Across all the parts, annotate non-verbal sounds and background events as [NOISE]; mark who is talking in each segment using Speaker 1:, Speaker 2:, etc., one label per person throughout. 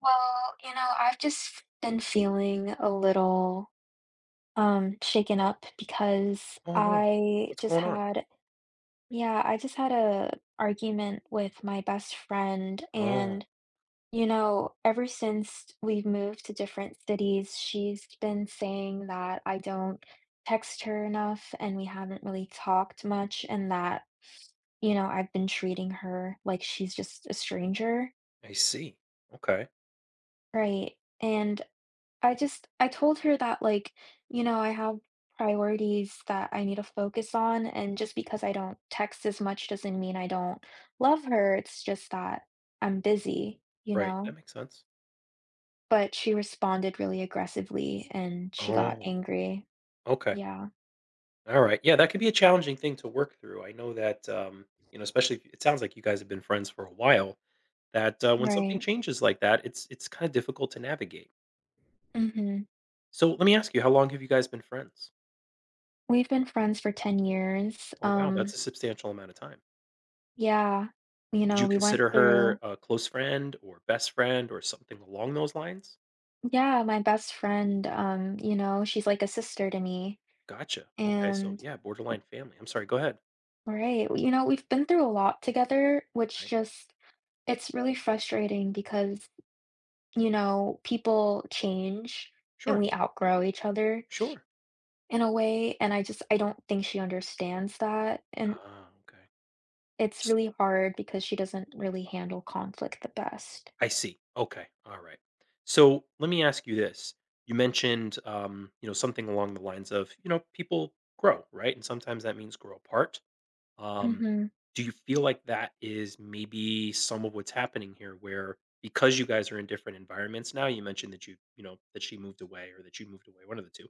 Speaker 1: Well, you know, I've just been feeling a little shaken up because
Speaker 2: Oh, no.
Speaker 1: I
Speaker 2: What's
Speaker 1: just
Speaker 2: going on?
Speaker 1: had yeah, I just had a argument with my best friend.
Speaker 2: Oh,
Speaker 1: And you know, ever since we've moved to different cities, she's been saying that I don't text her enough and we haven't really talked much, and that you know, I've been treating her like she's just a stranger,
Speaker 2: I see. Okay.
Speaker 1: right? And I just I told her that, like, you know, I have priorities that I need to focus on, and just because I don't text as much doesn't mean I don't love her, it's just that I'm busy, you
Speaker 2: Right.
Speaker 1: know?
Speaker 2: That makes sense.
Speaker 1: But she responded really aggressively and she got
Speaker 2: Oh,
Speaker 1: angry.
Speaker 2: okay.
Speaker 1: Yeah,
Speaker 2: All right. Yeah, that could be a challenging thing to work through. I know that, especially if it sounds like you guys have been friends for a while, that when something
Speaker 1: right.
Speaker 2: changes like that, it's kind of difficult to navigate.
Speaker 1: Mhm.
Speaker 2: So let me ask you, how long have you guys been friends?
Speaker 1: We've been friends for 10 years.
Speaker 2: Oh, wow, that's a substantial amount of time.
Speaker 1: Yeah, you
Speaker 2: Would
Speaker 1: know,
Speaker 2: you
Speaker 1: we went
Speaker 2: consider her
Speaker 1: through.
Speaker 2: a close friend or best friend or something along those lines?
Speaker 1: Yeah, my best friend, you know, she's like a sister to me.
Speaker 2: Gotcha. Okay. So
Speaker 1: And
Speaker 2: yeah, borderline family. I'm sorry. Go ahead.
Speaker 1: right, you know, we've been through a lot together, which
Speaker 2: Right.
Speaker 1: just it's really frustrating because, you know, people change and
Speaker 2: Sure.
Speaker 1: we outgrow each other
Speaker 2: Sure.
Speaker 1: in a way, and I just I don't think she understands that, and
Speaker 2: Ah, okay.
Speaker 1: it's
Speaker 2: S
Speaker 1: really hard because she doesn't really handle conflict the best.
Speaker 2: I see. Okay, alright. So, let me ask you this. You mentioned, something along the lines of, people grow, right? And sometimes that means grow apart. Um,
Speaker 1: Mhm.
Speaker 2: do you feel like that is maybe some of what's happening here, where because you guys are in different environments now, you mentioned that that she moved away or that you moved away, one of the 2.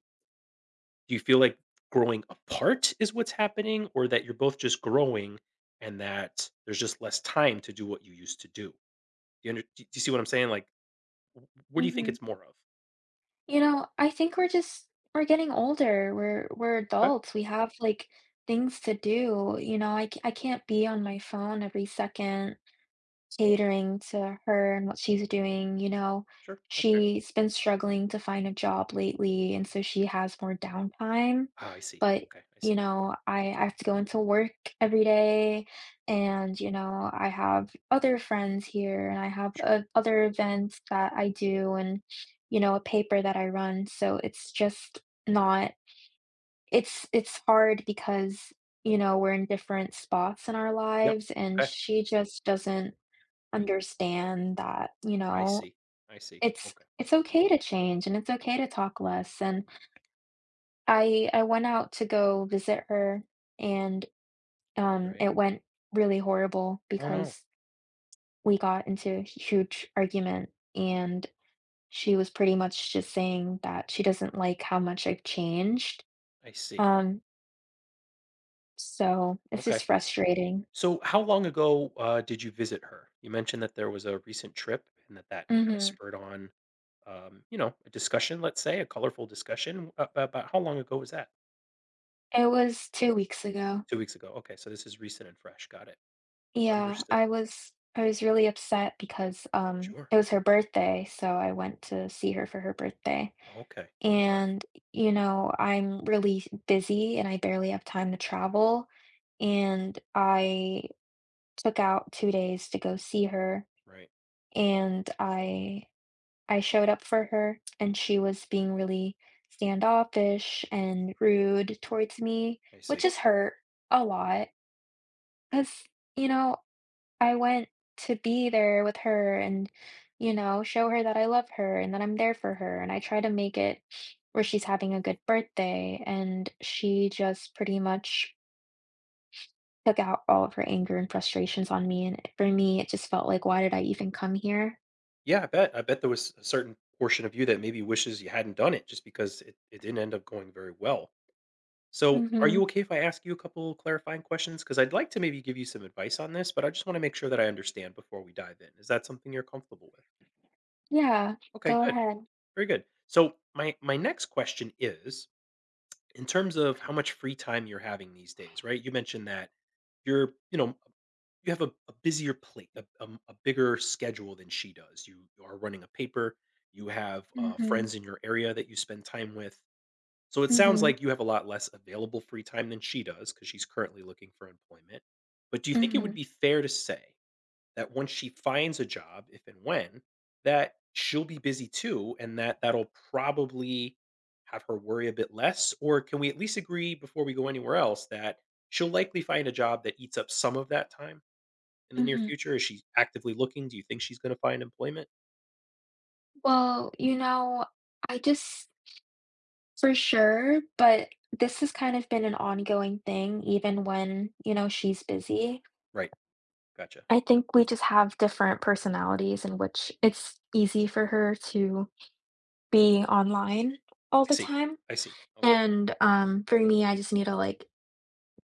Speaker 2: Do you feel like growing apart is what's happening, or that you're both just growing and that there's just less time to do what you used to do? Do you under do you see what I'm saying? Like, w what do you think
Speaker 1: Mhm.
Speaker 2: it's more of?
Speaker 1: You know, I think we're just we're getting older. We're
Speaker 2: Okay,
Speaker 1: adults. We have like things to do. You know, I can't be on my phone every second, catering to her and what she's doing, you know.
Speaker 2: sure, that's fair.
Speaker 1: She's been struggling to find a job lately, and so she has more downtime,
Speaker 2: Ah, I see.
Speaker 1: but,
Speaker 2: Okay, I
Speaker 1: you
Speaker 2: see.
Speaker 1: know, I have to go into work every day, and, you know, I have other friends here, and I have,
Speaker 2: Sure.
Speaker 1: other events that I do and, you know, a paper that I run, so it's just not it's hard because, you know, we're in different spots in our
Speaker 2: Yep.
Speaker 1: lives, and
Speaker 2: Okay,
Speaker 1: she just doesn't understand that, you
Speaker 2: I
Speaker 1: know,
Speaker 2: see. I see.
Speaker 1: it's
Speaker 2: Okay,
Speaker 1: it's okay to change and it's okay to talk less. And I went out to go visit her and
Speaker 2: right.
Speaker 1: it went really horrible
Speaker 2: Oh, no.
Speaker 1: because we got into a huge argument, and she was pretty much just saying that she doesn't like how much I've changed.
Speaker 2: I see.
Speaker 1: Um so it's
Speaker 2: Okay.
Speaker 1: just frustrating.
Speaker 2: So how long ago, did you visit her? You mentioned that there was a recent trip and that that kinda
Speaker 1: Mhm.
Speaker 2: spurred on, a discussion, let's say, a colorful discussion. A About how long ago was that?
Speaker 1: It was 2 weeks ago.
Speaker 2: 2 weeks ago. Okay, so this is recent and fresh. Got it.
Speaker 1: Yeah,
Speaker 2: Understood.
Speaker 1: I was really upset because,
Speaker 2: Sure.
Speaker 1: it was her birthday, so I went to see her for her birthday,
Speaker 2: Okay. Alright.
Speaker 1: and, you know, I'm really busy and I barely have time to travel, and I took out 2 days to go see her,
Speaker 2: Right. Right.
Speaker 1: and I showed up for her, and she was being really standoffish and rude towards me,
Speaker 2: I
Speaker 1: which
Speaker 2: see.
Speaker 1: has hurt a lot because you know, I went to be there with her and, you know, show her that I love her and that I'm there for her, and I try to make it where she's having a good birthday, and she just pretty much took out all of her anger and frustrations on me, and for me, it just felt like, "Why did I even come here?"
Speaker 2: Yeah, I bet. I bet there was a certain portion of you that maybe wishes you hadn't done it, just because it didn't end up going very well. So, are you
Speaker 1: Mhm.
Speaker 2: okay if I ask you a couple clarifying questions? Because I'd like to maybe give you some advice on this, but I just want to make sure that I understand before we dive in. Is that something you're comfortable with?
Speaker 1: Yeah,
Speaker 2: Okay,
Speaker 1: go
Speaker 2: good.
Speaker 1: ahead.
Speaker 2: Very good. So, my next question is, in terms of how much free time you're having these days, right? You mentioned that you're, you have a busier plate, a bigger schedule than she does. You are running a paper, you have,
Speaker 1: Mhm.
Speaker 2: friends in your area that you spend time with. So it sounds
Speaker 1: Mhm.
Speaker 2: like you have a lot less available free time than she does, because she's currently looking for employment. But do you think it would
Speaker 1: Mhm.
Speaker 2: be fair to say that once she finds a job, if and when, that she'll be busy too, and that that'll probably have her worry a bit less? Or can we at least agree, before we go anywhere else, that she'll likely find a job that eats up some of that time in the near
Speaker 1: Mhm.
Speaker 2: future? Is she actively looking? Do you think she's gonna find employment?
Speaker 1: Well, you know, I just for sure, but this has kind of been an ongoing thing even when, you know, she's busy.
Speaker 2: Right, gotcha.
Speaker 1: I
Speaker 2: I
Speaker 1: think we just have different personalities in which it's easy for her to be online all the
Speaker 2: see,
Speaker 1: time,
Speaker 2: I see. Okay.
Speaker 1: and, for me, I just need to, like,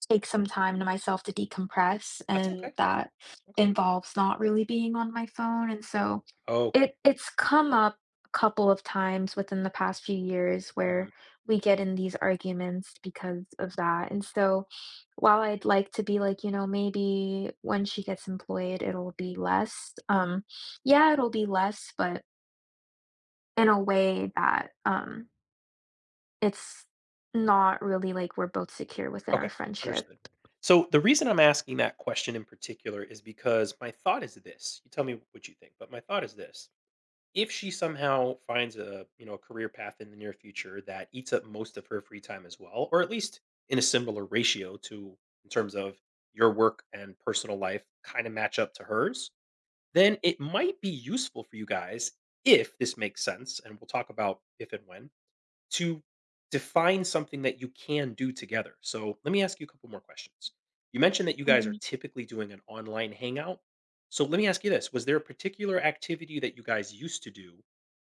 Speaker 1: take some time to myself to decompress,
Speaker 2: That's
Speaker 1: and
Speaker 2: okay,
Speaker 1: that
Speaker 2: okay.
Speaker 1: involves not really being on my phone, and so
Speaker 2: Okay,
Speaker 1: it's come up a couple of times within the past few years
Speaker 2: mhm.
Speaker 1: where we get in these arguments because of that, and so while I'd like to be like, you know, maybe when she gets employed, it'll be less, yeah, it'll be less, but in a way that, it's not really like we're both secure within
Speaker 2: Okay,
Speaker 1: our friendship.
Speaker 2: understood. So, the reason I'm asking that question in particular is because my thought is this, you tell me what you think, but my thought is this: if she somehow finds a career path in the near future that eats up most of her free time as well, or at least in a similar ratio to, in terms of your work and personal life kinda match up to hers, then it might be useful for you guys, if this makes sense, and we'll talk about if and when, to define something that you can do together. So let me ask you a couple more questions. You mentioned that you guys are
Speaker 1: Mhm.
Speaker 2: typically doing an online hangout, so let me ask you this: was there a particular activity that you guys used to do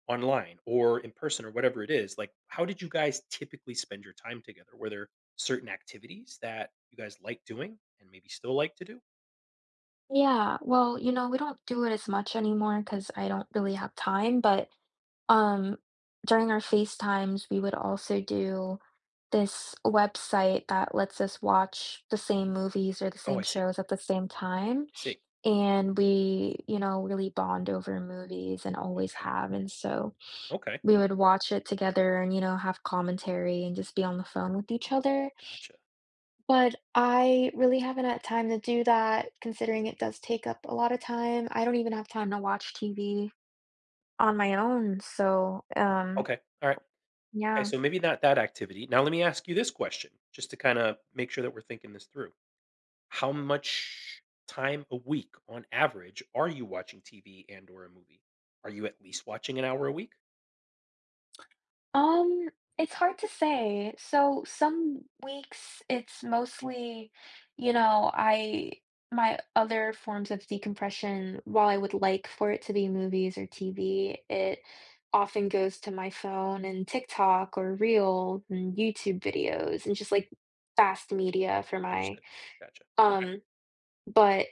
Speaker 2: online or in person or whatever it is? Like, how did you guys typically spend your time together? Were there certain activities that you guys like doing and maybe still like to do?
Speaker 1: Yeah, well, you know, we don't do it as much anymore because I don't really have time, but, um, during our FaceTimes, we would also do this website that lets us watch the same movies or the
Speaker 2: Oh,
Speaker 1: same
Speaker 2: I see. I
Speaker 1: shows at the same time,
Speaker 2: see.
Speaker 1: and we, you know, really bond over movies and always
Speaker 2: Okay.
Speaker 1: have, and so
Speaker 2: Okay.
Speaker 1: we would watch it together and, you know, have commentary and just be on the phone with each other.
Speaker 2: Gotcha.
Speaker 1: But I really haven't had time to do that considering it does take up a lot of time. I don't even have time to watch TV on my own, so,
Speaker 2: Okay. All right. Okay,
Speaker 1: yeah.
Speaker 2: so maybe not that activity. Now let me ask you this question, just to kind of make sure that we're thinking this through. How much time a week on average are you watching TV and or a movie? Are you at least watching an hour a week?
Speaker 1: Um, it's hard to say. So some weeks it's mostly, you know, I my other forms of decompression, while I would like for it to be movies or TV, it often goes to my phone and TikTok or Reels and YouTube videos and just like fast media for my
Speaker 2: Understood. Gotcha. Okay.
Speaker 1: um, but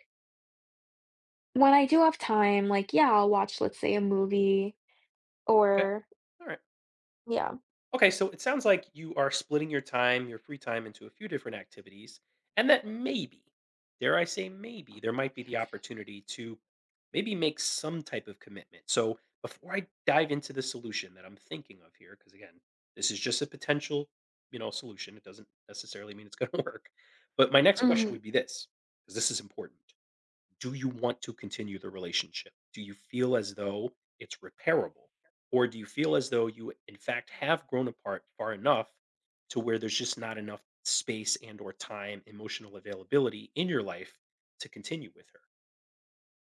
Speaker 1: when I do have time, like yeah, I'll watch, let's say, a movie
Speaker 2: Okay.
Speaker 1: or
Speaker 2: All right.
Speaker 1: yeah.
Speaker 2: Okay, so it sounds like you are splitting your time, your free time, into a few different activities, and that maybe, dare I say, maybe there might be the opportunity to maybe make some type of commitment. So before I dive into the solution that I'm thinking of here, because again, this is just a potential, solution. It doesn't necessarily mean it's going to [LAUGHS] work. But my next question
Speaker 1: Hmm.
Speaker 2: would be this, because this is important: do you want to continue the relationship? Do you feel as though it's repairable? Or do you feel as though you in fact have grown apart far enough to where there's just not enough space and or time, emotional availability in your life, to continue with her?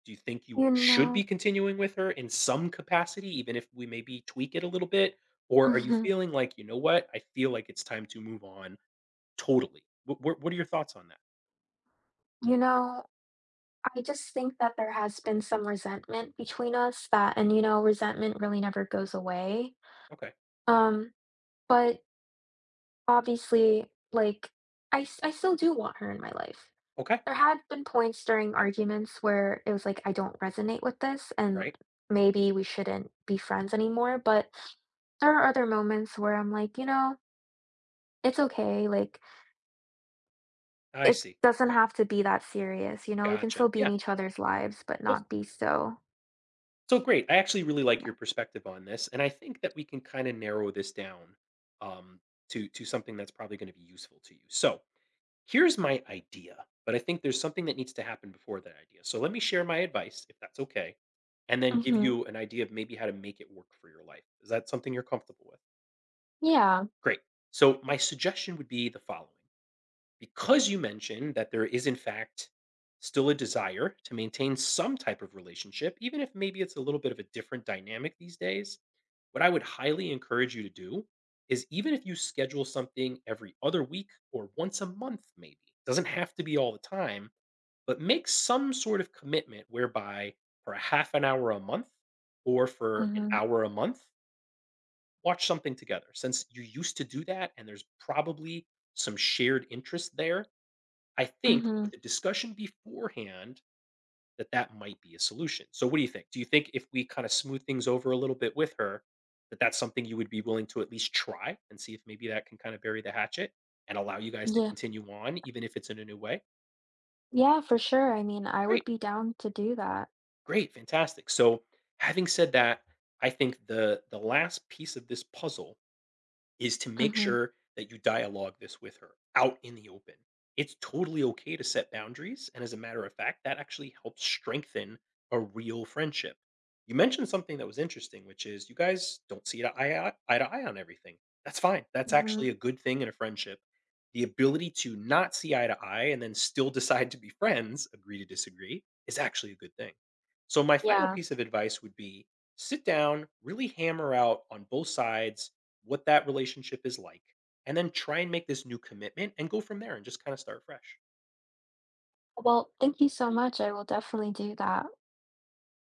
Speaker 2: Do you think you
Speaker 1: You
Speaker 2: should be
Speaker 1: know,
Speaker 2: continuing with her in some capacity, even if we maybe tweak it a little bit? Or are you
Speaker 1: mhm,
Speaker 2: feeling like, you know what, I feel like it's time to move on totally? What are your thoughts on that?
Speaker 1: you know, I just think that there has been some resentment between us that and, you know, resentment really never goes away.
Speaker 2: Okay.
Speaker 1: Um, but obviously, like, I still do want her in my life.
Speaker 2: Okay.
Speaker 1: There had been points during
Speaker 2: Okay.
Speaker 1: arguments where it was like, I don't resonate with this, and
Speaker 2: Right.
Speaker 1: maybe we shouldn't be friends anymore. But there are other moments where I'm like, you know, it's okay. Like,
Speaker 2: I
Speaker 1: it
Speaker 2: see.
Speaker 1: doesn't
Speaker 2: Okay.
Speaker 1: have to be that serious. You know, we can
Speaker 2: Gotcha.
Speaker 1: still be in
Speaker 2: Yeah.
Speaker 1: each other's lives, but
Speaker 2: Well,
Speaker 1: not be so.
Speaker 2: so great. I actually really like your perspective on this, and I think that we can kind of narrow this down um, to something that's probably going to be useful to you. So here's my idea, but I think there's something that needs to happen before that idea. So let me share my advice, if that's okay, and then give
Speaker 1: Mm-hmm.
Speaker 2: you an idea of maybe how to make it work for your life. Is that something you're comfortable with?
Speaker 1: Yeah.
Speaker 2: Great. So my suggestion would be the following. Because you mentioned that there is, in fact, still a desire to maintain some type of relationship, even if maybe it's a little bit of a different dynamic these days, what I would highly encourage you to do is, even if you schedule something every other week or once a month, maybe, doesn't have to be all the time, but make some sort of commitment whereby for a half an hour a month or for an
Speaker 1: Mhm,
Speaker 2: hour a month, watch something together. Since you used to do that and there's probably some shared interest there, I think
Speaker 1: mhm,
Speaker 2: with a discussion beforehand, that that might be a solution. So what do you think? Do you think if we kind of smooth things over a little bit with her, that that's something you would be willing to at least try and see if maybe that can kind of bury the hatchet and allow you guys to
Speaker 1: yeah.
Speaker 2: continue on, even if it's in a new way?
Speaker 1: Yeah, for sure, I mean, I would
Speaker 2: Great,
Speaker 1: be down to do that.
Speaker 2: great, fantastic. So having said that, I think the last piece of this puzzle is to make
Speaker 1: Mhm,
Speaker 2: sure that you dialogue this with her out in the open. It's totally okay to set boundaries. And as a matter of fact, that actually helps strengthen a real friendship. You mentioned something that was interesting, which is you guys don't see eye to eye on everything. That's fine. That's actually
Speaker 1: mhm,
Speaker 2: a good thing in a friendship. The ability to not see eye to eye and then still decide to be friends, agree to disagree, is actually a good thing. So, my final
Speaker 1: yeah.
Speaker 2: piece of advice would be sit down, really hammer out on both sides what that relationship is like, and then try and make this new commitment and go from there and just kind of start fresh.
Speaker 1: Well, thank you so much, I will definitely do that.